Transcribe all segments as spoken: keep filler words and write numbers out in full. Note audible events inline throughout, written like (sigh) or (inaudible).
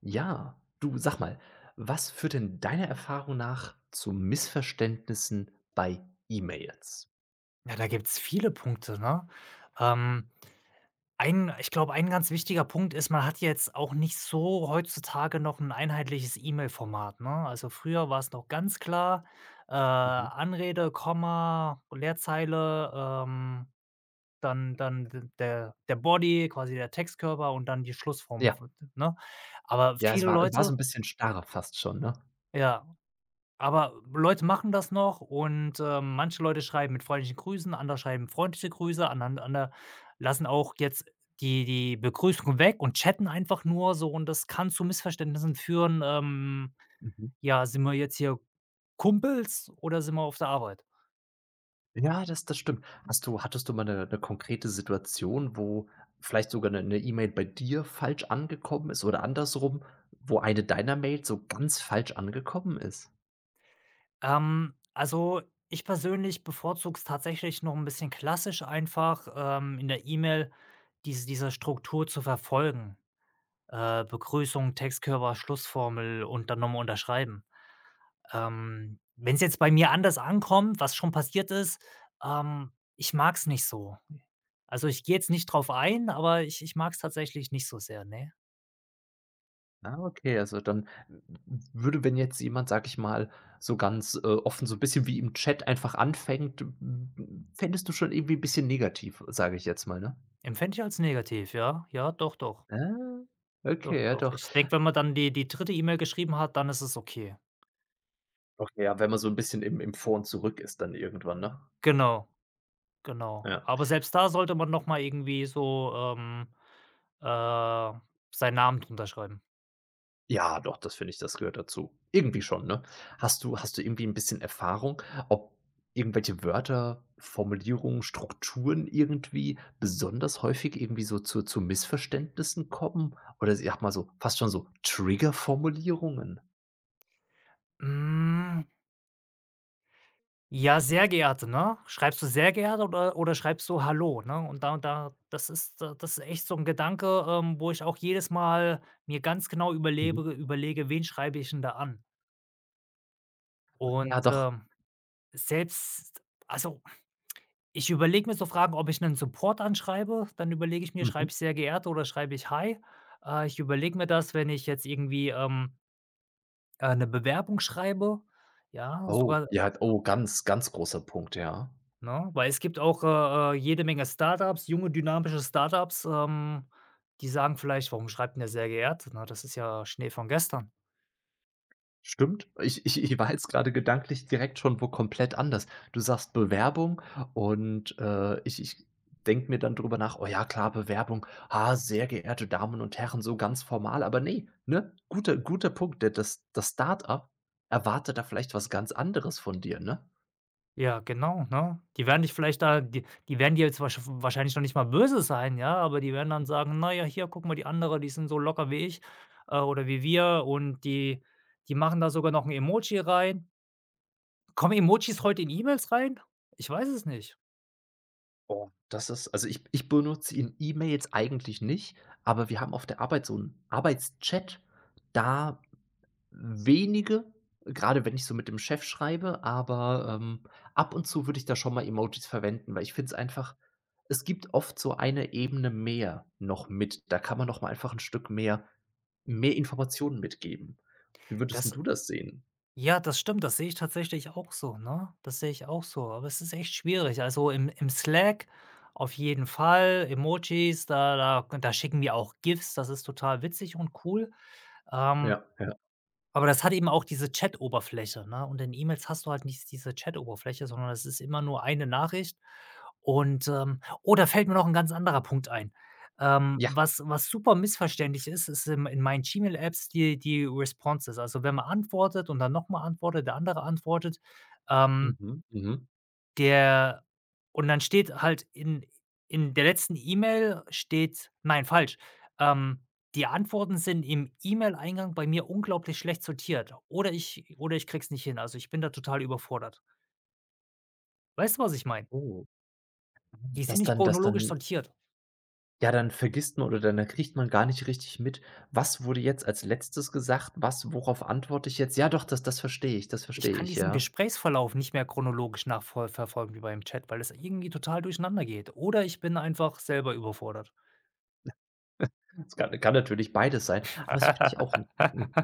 Ja, du sag mal, was führt denn deiner Erfahrung nach zu Missverständnissen bei E-Mails? Ja, da gibt's viele Punkte, ne? Ähm, ein Ich glaube, ein ganz wichtiger Punkt ist, man hat jetzt auch nicht so heutzutage noch ein einheitliches E-Mail-Format, ne? Also, früher war es noch ganz klar, äh, Mhm. Anrede, Komma, Leerzeile, ähm, dann dann d der der Body, quasi der Textkörper und dann die Schlussform, Ja, ne? Aber ja, es viele war es war so ein Leute bisschen starr fast schon, ne? ja. Aber Leute machen das noch und, ähm, manche Leute schreiben mit freundlichen Grüßen, andere schreiben freundliche Grüße, anderen andere lassen auch jetzt die die Begrüßung weg und chatten einfach nur so und das kann zu Missverständnissen führen, ähm, Mhm. ja, sind wir jetzt hier Kumpels oder sind wir auf der Arbeit? Ja, das das stimmt. Hast du hattest du mal eine konkrete Situation, wo vielleicht sogar eine E-Mail bei dir falsch angekommen ist oder andersrum, wo eine deiner Mails so ganz falsch angekommen ist? Ähm, also, ich persönlich bevorzuge es tatsächlich noch ein bisschen klassisch einfach, ähm, in der E-Mail diese diese Struktur zu verfolgen. Äh, Begrüßung, Textkörper, Schlussformel und dann noch unterschreiben. Ähm, wenn es jetzt bei mir anders ankommt, was schon passiert ist, ähm, ich mag's nicht so. Also, ich gehe jetzt nicht drauf ein, aber ich ich mag's tatsächlich nicht so sehr, ne? Ah, okay, also dann würde, wenn jetzt jemand, sag ich mal, so ganz, äh, offen so ein bisschen wie im Chat einfach anfängt, m fändest du schon irgendwie ein bisschen negativ, sage ich jetzt mal, ne? Empfände ich als negativ, ja. Ja, doch, doch. Ah, Doch, okay, ja doch. doch. Ich denke, wenn man dann die die dritte E-Mail geschrieben hat, dann ist es okay. Okay, ja, wenn man so ein bisschen im im Vor und Zurück ist dann irgendwann, ne? Genau, genau. Ja. Aber selbst da sollte man noch mal irgendwie so, ähm, äh, seinen Namen drunter schreiben. Ja, doch, das finde ich, das gehört dazu. Irgendwie schon, ne? Hast du hast du irgendwie ein bisschen Erfahrung, ob irgendwelche Wörter, Formulierungen, Strukturen irgendwie besonders häufig irgendwie so zu zu Missverständnissen kommen? Oder ich sage mal so, fast schon so Triggerformulierungen? Hm. Ja, sehr geehrte, ne? Schreibst du sehr geehrte oder oder schreibst du hallo, ne? Und da da das ist da das ist echt so ein Gedanke, ähm, wo ich auch jedes Mal mir ganz genau Mhm. überlebe überlege, wen schreibe ich denn da an? Ja, Und, doch. ähm, selbst also, ich überlege mir so Fragen, ob ich einen Support anschreibe, dann überlege ich mir, Mhm. schreibe ich sehr geehrte oder schreibe ich hi? Äh, ich überlege mir das, wenn ich jetzt irgendwie, ähm, äh, 'ne Bewerbung schreibe, ja, Oh, sogar ja, oh, ganz, ganz großer Punkt, ja. ne? Weil es gibt auch, äh, äh, jede Menge Startups, junge, dynamische Startups, ähm, die sagen vielleicht: „Warum schreibt denn der sehr geehrt?“ Ne, das ist ja Schnee von gestern. Stimmt. Ich ich ich war jetzt gerade gedanklich direkt schon wo komplett anders. Du sagst Bewerbung und, äh, ich ich denke mir dann drüber nach: „Oh ja, klar, Bewerbung. Ah, sehr geehrte Damen und Herren", so ganz formal. Aber nee, ne? Guter guter Punkt. Der das das Start-up erwartet da vielleicht was ganz anderes von dir, ne? Ja, genau, ne? Die werden dich vielleicht da die die werden dir jetzt wahrsch wahrscheinlich noch nicht mal böse sein, ja, aber die werden dann sagen: „Na ja, hier, guck mal, die andere, die sind so locker wie ich, äh, oder wie wir und die die machen da sogar noch ein Emoji rein.“ Kommen Emojis heute in E-Mails rein? Ich weiß es nicht. Oh, das ist also ich ich benutze ihn E-Mails eigentlich nicht, aber wir haben auf der Arbeit so 'n Arbeitschat, da wenige, gerade wenn ich so mit dem Chef schreibe, aber, ähm, ab und zu würde ich da schon mal Emojis verwenden, weil ich finde es einfach, es gibt oft so eine Ebene mehr noch mit. Da kann man noch mal einfach ein Stück mehr mehr Informationen mitgeben. Wie würdest 'n Das du das sehen? Ja, das stimmt, das sehe ich tatsächlich auch so, ne? Das sehe ich auch so, aber es ist echt schwierig. Also, im im Slack auf jeden Fall, Emojis, da da da schicken wir auch giffs, das ist total witzig und cool. Ähm, Ja, ja. aber das hat eben auch diese Chat-Oberfläche, ne? Und in E-Mails hast du halt nicht diese Chat-Oberfläche, sondern es ist immer nur eine Nachricht. Und, ähm oh, da fällt mir noch ein ganz anderer Punkt ein. Ähm, Ja. Was was super missverständlich ist, ist in in meinen Gmail-Apps die die Responses. Also, wenn man antwortet und dann noch mal antwortet, der andere antwortet, ähm Mhm, mhm. der und dann steht halt in in der letzten E-Mail steht nein, falsch. Ähm, Die Antworten sind im E-Mail-Eingang bei mir unglaublich schlecht sortiert oder ich oder ich kriege es nicht hin. Also, ich bin da total überfordert. Weißt du, was ich meine? Oh. Die sind Dass nicht dann dass chronologisch dann sortiert. Ja, dann vergisst man oder dann dann kriegt man gar nicht richtig mit, was wurde jetzt als Letztes gesagt, was worauf antworte ich jetzt? Ja doch, das das verstehe ich, das Ich verstehe kann ich, diesen ja. Gesprächsverlauf nicht mehr chronologisch nachvoll verfolgen wie beim Chat, weil es irgendwie total durcheinander geht. Oder ich bin einfach selber überfordert. Es kann kann natürlich beides sein, aber das finde ich auch 'n 'n (laughs)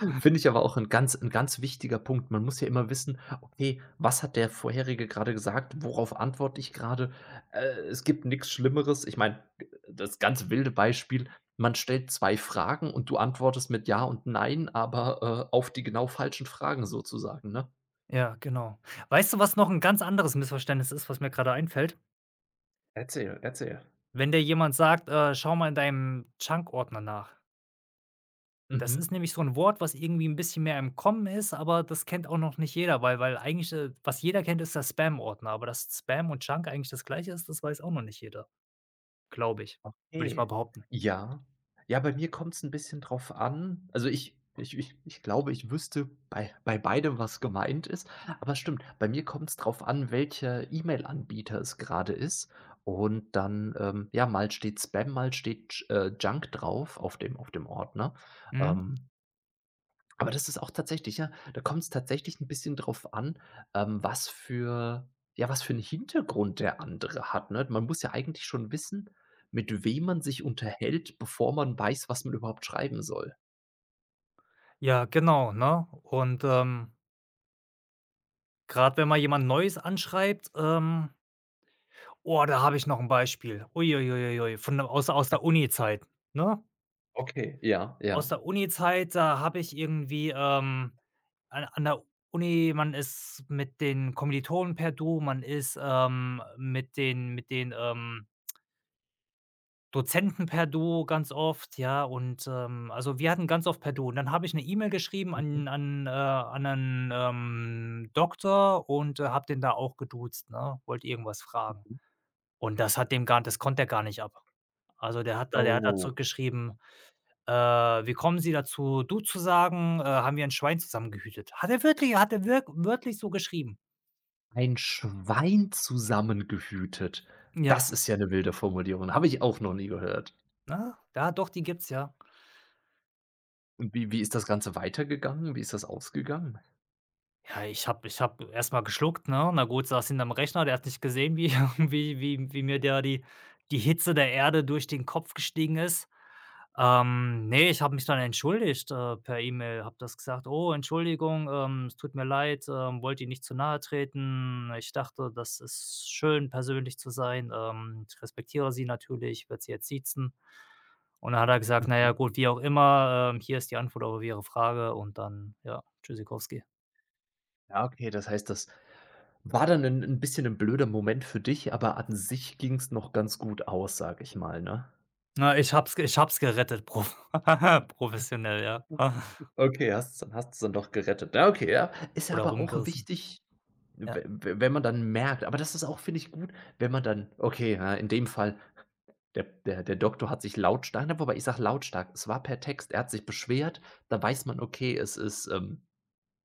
(clears throat) finde ich aber auch ein ganz ein ganz wichtiger Punkt. Man muss ja immer wissen: „Okay, was hat der Vorherige gerade gesagt? Worauf antworte ich gerade? Äh, es gibt nichts Schlimmeres. Ich meine, das ganz wilde Beispiel, man stellt zwei Fragen und du antwortest mit „ja" und „nein", aber, äh, auf die genau falschen Fragen sozusagen, ne? Ja, genau. Weißt du, was noch 'n ganz anderes Missverständnis ist, was mir grade einfällt? Erzähl, erzähl. Wenn dir jemand sagt: „Äh, schau mal in deinem Junk-Ordner nach.“ Das ist Mhm. nämlich so 'n Wort, was irgendwie 'n bisschen mehr im Kommen ist, aber das kennt auch noch nicht jeder, weil weil eigentlich, äh, was jeder kennt, ist der Spam-Ordner, aber dass Spam und Junk eigentlich das Gleiche ist, das weiß auch noch nicht jeder, glaube ich. Würde ich mal Okay. behaupten. Ja. Ja, bei mir kommt's 'n bisschen drauf an. Also, ich ich ich ich glaube, ich wüsste bei bei beidem, was gemeint ist. Aber stimmt, bei mir kommt's drauf an, welcher E-Mail-Anbieter es grade ist. Und dann, ähm ja, mal steht Spam, mal steht J äh, Junk drauf auf dem auf dem Ordner. Mhm. Ähm, Aber das ist auch tatsächlich, ja, da kommt es tatsächlich ein bisschen drauf an, ähm, was für ja, was für einen Hintergrund der andere hat, ne? Man muss ja eigentlich schon wissen, mit wem man sich unterhält, bevor man weiß, was man überhaupt schreiben soll. Ja, genau, ne? Und, ähm, grad wenn mal jemand Neues anschreibt, ähm oh, da habe ich noch 'n Beispiel. Ui, ui, ui, ui, ui, von der aus aus der Uni-Zeit, ne? Okay, ja, Aus ja. der Uni-Zeit, da habe ich irgendwie, ähm an an der Uni, man ist mit den Kommilitonen per Du, man ist, ähm, mit den mit den, ähm, Dozenten per Du ganz oft, ja, und, ähm also, wir hatten ganz oft per Du. Und dann habe ich eine E-Mail geschrieben Mhm, an an, äh an einen ähm, Doktor und, äh, habe den da auch geduzt, ne? Wollte irgendwas fragen. mhm. Und das hat dem gar das konnte er gar nicht ab. Also, der hat da der hat da Oh. zurückgeschrieben äh, wie kommen Sie dazu, du zu sagen? Äh, haben wir ein Schwein zusammen gehütet?“ Hat er wirklich hat er wirk wörtlich so geschrieben. Ein Schwein zusammengehütet. Ja. Das ist ja eine wilde Formulierung, habe ich auch noch nie gehört. Ne? Ja, doch, die gibt's, ja. Und wie wie ist das Ganze weitergegangen? Wie ist das ausgegangen? Ja, ich habe ich habe erst mal geschluckt, ne? Na gut, saß hinterm Rechner, der hat nicht gesehen, wie (laughs) wie wie wie mir da die die Hitze der Erde durch den Kopf gestiegen ist. Ähm, ne, ich habe mich dann entschuldigt, äh, per E-Mail, habe das gesagt: „Oh, Entschuldigung, ähm, es tut mir leid, ähm, wollte Ihnen nicht zu nahe treten. Ich dachte, das ist schön, persönlich zu sein. Ähm, ich respektiere Sie natürlich, werde Sie jetzt siezen.“ Und dann hat er gesagt: Mhm, „Na ja, mhm. gut, wie auch immer, ähm, hier ist die Antwort auf Ihre Frage“ und dann, ja, tschüssikowski. Ja, okay, das heißt, das War dann 'nen 'n bisschen 'n blöder Moment für dich, aber an sich ging's noch ganz gut aus, sage ich mal, ne? Na, ich hab's, es ich hab's gerettet, prof (laughs) professionell, ja, (laughs) Okay, hast dann hast du's dann doch gerettet. Ja, okay, ja. Ist ja oder aber auch rumgerissen, wichtig, we ja. we wenn man dann merkt, aber das ist auch, finde ich, gut, wenn man dann okay, ja, in dem Fall, der der der Doktor hat sich lautstark, na, wobei ich sage lautstark, es war per Text, er hat sich beschwert, da weiß man, okay, es ist, ähm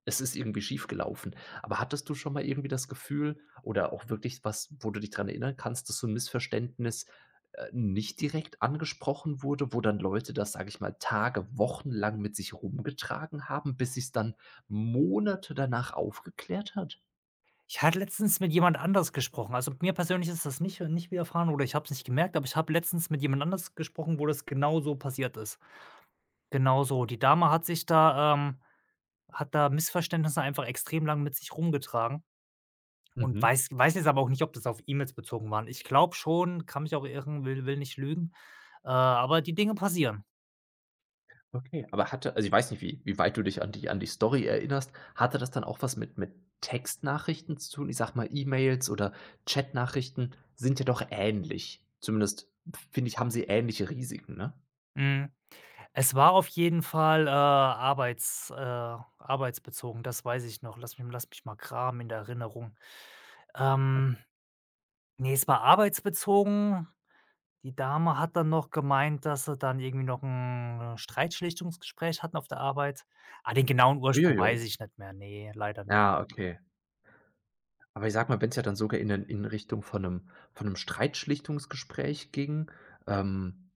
es ist irgendwie schiefgelaufen. Aber hattest du schon mal irgendwie das Gefühl oder auch wirklich was, wo du dich dran erinnern kannst, dass so 'n Missverständnis äh, nicht direkt angesprochen wurde, wo dann Leute das, sage ich mal, Tage, Wochen lang mit sich rumgetragen haben, bis sich's dann Monate danach aufgeklärt hat? Ich hatte letztens mit jemand anders gesprochen. Also, mir persönlich ist das nicht nicht widerfahren oder ich habe es nicht gemerkt, aber ich habe letztens mit jemand anders gesprochen, wo das genau so passiert ist. Genau so. Die Dame hat sich da ähm, hat da Missverständnisse einfach extrem lang mit sich rumgetragen und Mhm. weiß weiß jetzt aber auch nicht, ob das auf E-Mails bezogen waren. Ich glaube schon, kann mich auch irren, will will nicht lügen, äh, aber die Dinge passieren. Okay, aber hatte also, ich weiß nicht, wie wie weit du dich an die an die Story erinnerst. Hatte das dann auch was mit mit Textnachrichten zu tun? Ich sag mal, E-Mails oder Chatnachrichten sind ja doch ähnlich. Zumindest finde ich, haben sie ähnliche Risiken, ne? Mhm. Es war auf jeden Fall, äh, arbeits äh, arbeitsbezogen, das weiß ich noch. Lass mich lass mich mal kramen in der Erinnerung. Ähm Ne, es war arbeitsbezogen. Die Dame hat dann noch gemeint, dass sie dann irgendwie noch 'n Streitschlichtungsgespräch hatten auf der Arbeit. Ah, den genauen Ursprung Uiuiui. weiß ich nicht mehr. Ne, leider nicht. Ja, okay. Aber ich sag mal, wenn es ja dann sogar in 'nen in Richtung von einem von einem Streitschlichtungsgespräch ging, ähm,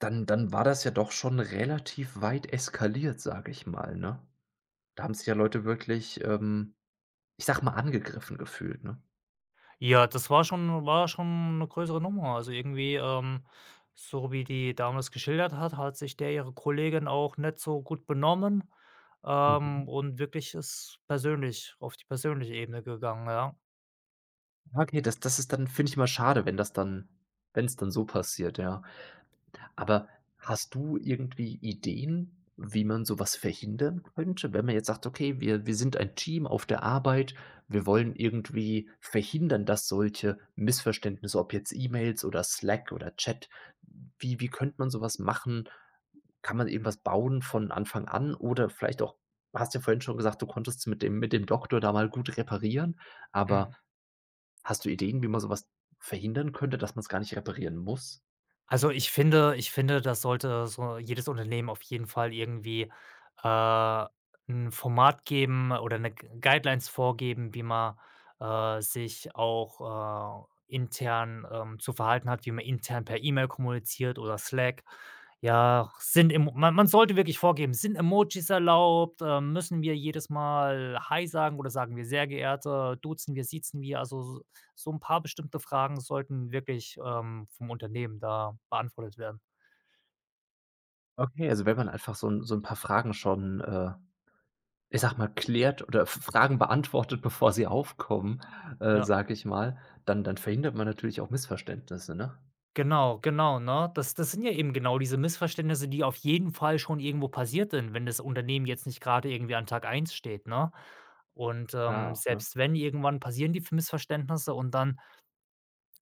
dann dann war das ja doch schon relativ weit eskaliert, sage ich mal, ne? Da haben sich ja Leute wirklich, ähm, ich sag mal, angegriffen gefühlt, ne? Ja, das war schon war schon 'ne größere Nummer. Also, irgendwie, ähm, so wie die Dame das geschildert hat, hat sich der ihre Kollegin auch nicht so gut benommen, Mhm. ähm, und wirklich ist persönlich auf die persönliche Ebene gegangen, ja. Ja, okay, das das ist dann, finde ich, immer schade, wenn das dann wenn es dann so passiert, ja. Aber hast du irgendwie Ideen, wie man sowas verhindern könnte, wenn man jetzt sagt: „Okay, wir wir sind ein Team auf der Arbeit. Wir wollen irgendwie verhindern, dass solche Missverständnisse, ob jetzt E-Mails oder Slack oder Chat, wie wie könnte man sowas machen? Kann man irgendwas bauen von Anfang an oder vielleicht auch, hast ja vorhin schon gesagt, du konntest mit dem mit dem Doktor da mal gut reparieren, aber Mhm. hast du Ideen, wie man sowas verhindern könnte, dass man's gar nicht reparieren muss? Also, ich finde ich finde, das sollte so jedes Unternehmen auf jeden Fall irgendwie, äh, 'n Format geben oder eine G Guidelines vorgeben, wie man, äh, sich auch, äh, intern, ähm, zu verhalten hat, wie man intern per E-Mail kommuniziert oder Slack. Ja, sind Emo man man sollte wirklich vorgeben, sind Emojis erlaubt? Ähm, müssen wir jedes Mal „Hi“ sagen oder sagen wir „sehr geehrte“? Duzen wir, siezen wir? Also, so so 'n paar bestimmte Fragen sollten wirklich, ähm, vom Unternehmen da beantwortet werden. Okay, also wenn man einfach so 'n so 'n paar Fragen schon, äh, ich sage mal, klärt oder F Fragen beantwortet, (laughs) bevor sie aufkommen, äh, Ja, sage ich mal, dann dann verhindert man natürlich auch Missverständnisse, ne? genau, genau, ne? Das das sind ja eben genau diese Missverständnisse, die auf jeden Fall schon irgendwo passiert sind, wenn das Unternehmen jetzt nicht grade irgendwie an Tag eins steht, ne? Und, ähm, Klar, ne? selbst wenn, irgendwann passieren die f Missverständnisse und dann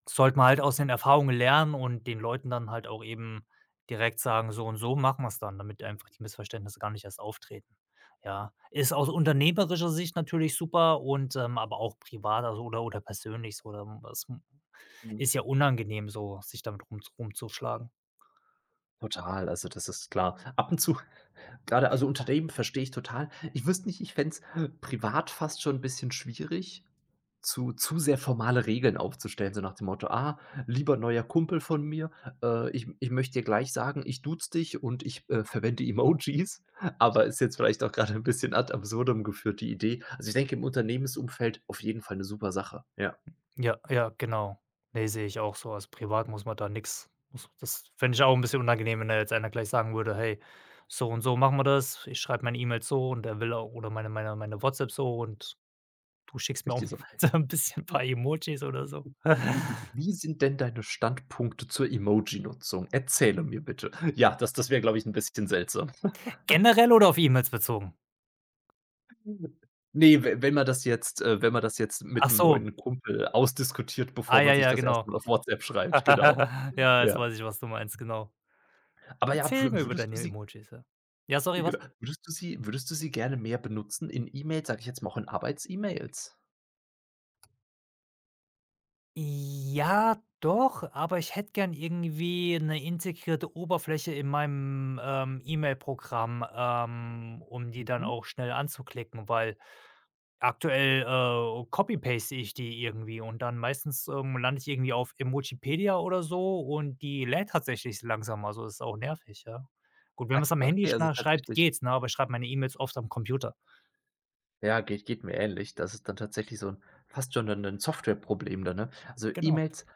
sollte man halt aus den Erfahrungen lernen und den Leuten dann halt auch eben direkt sagen: „So und so machen wir es dann“, damit einfach die Missverständnisse gar nicht erst auftreten. Ja, ist aus unternehmerischer Sicht natürlich super und, ähm, aber auch privat, also oder oder persönlich so, ähm, das Mhm. ist ja unangenehm so, sich damit rum rumzuschlagen. Total, also das ist klar. Ab und zu grade Also Unternehmen verstehe ich total. Ich wüsste nicht, ich fände es privat fast schon 'n bisschen schwierig, zu zu sehr formale Regeln aufzustellen, so nach dem Motto: „Ah, lieber neuer Kumpel von mir, äh, ich ich möchte dir gleich sagen, ich duze dich und ich äh, verwende Emojis." (laughs) Aber ist jetzt vielleicht auch gerade ein bisschen ad absurdum geführt, die Idee. Also, ich denke, im Unternehmensumfeld auf jeden Fall eine super Sache. Ja, Ja, ja, genau. Ne, sehe ich auch so. Also, privat muss man da nix, das fände ich auch ein bisschen unangenehm, wenn da jetzt einer gleich sagen würde: „Hey, so und so machen wir das. Ich schreibe meine E-Mails so und er will auch oder meine meine meine WhatsApp so und du schickst mir auch richtig so. (laughs) ein bisschen 'n paar Emojis oder so. Wie wie wie sind denn deine Standpunkte zur Emoji-Nutzung? Erzähle mir bitte. Ja, das das wäre, glaube ich, ein bisschen seltsam. Generell oder auf E-Mails bezogen? Ne, we wenn man das jetzt äh, wenn man das jetzt mit Ach 'nem so. neuen Kumpel ausdiskutiert, Ah, bevor man ja, sich ja, das erste genau. Mal auf WhatsApp schreibt, genau. (laughs) Ja, jetzt Ja. weiß ich, was du meinst, genau. Aber ja, Erzähl mir wü über würdest du deine sie, Emojis, ja. Ja, sorry, genau, was? würdest du sie würdest du sie gerne mehr benutzen in E-Mails, sage ich jetzt mal, auch in Arbeits-E-Mails? Ja, doch, aber ich hätte gern irgendwie eine integrierte Oberfläche in meinem, ähm, E-Mail-Programm, ähm, um die dann Mhm. auch schnell anzuklicken, weil aktuell, äh, copy-paste ich die irgendwie und dann meistens, ähm, lande ich irgendwie auf Emojipedia oder so und die lädt tatsächlich langsam, also ist auch nervig, ja. Gut, wenn man es am Handy Okay, also schnei schreibt, tatsächlich, geht's, ne, aber ich schreibe meine E-Mails oft am Computer. ja, geht geht mir ähnlich. Das ist dann tatsächlich so 'n, fast schon 'nen 'nen Softwareproblem dann, ne? Also Genau, E-Mails.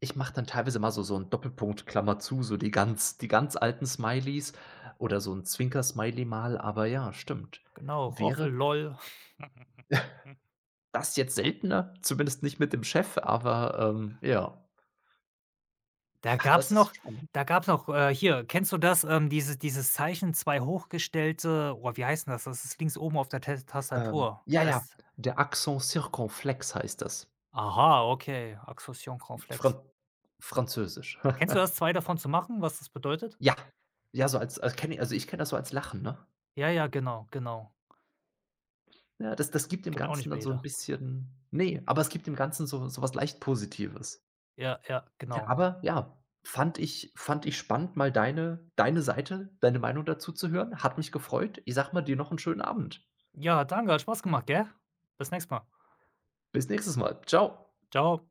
Ich mache dann teilweise mal so so 'n Doppelpunkt, Klammer zu, so die ganz die ganz alten Smileys oder so ein Zwinker-Smiley mal, aber ja, stimmt. genau, Wäre Roffel, l o l. (laughs) das jetzt seltener, zumindest nicht mit dem Chef, aber, ähm, ja. Da Ah, gab's das ist noch spannend. Da gab's noch, äh hier, kennst du das, ähm, dieses dieses Zeichen, zwei hochgestellte oh, wie heißt 'n das? Das ist links oben auf der Tes Ähm, Tastatur. ja, ja, Es der Accent circonflexe heißt das. aha, okay, Axosion Conflex. Fran Französisch. Kennst du das, (laughs) zwei davon zu machen, was das bedeutet? Ja, ja, so als als kenne also, ich kenne das so als Lachen, ne? Ja, ja, genau, genau. Ja, das das gibt dem Kennt auch Ganzen nicht dann mehr so ein jeder. bisschen, nee, aber es gibt dem Ganzen so so was leicht Positives. Ja, ja, genau. Aber ja, fand ich fand ich spannend, mal deine deine Seite, deine Meinung dazu zu hören. Hat mich gefreut. Ich sag mal dir noch einen schönen Abend. Ja, danke, hat Spaß gemacht, gell? Bis nächstes Mal. Bis nächstes Mal. Ciao. Tschau.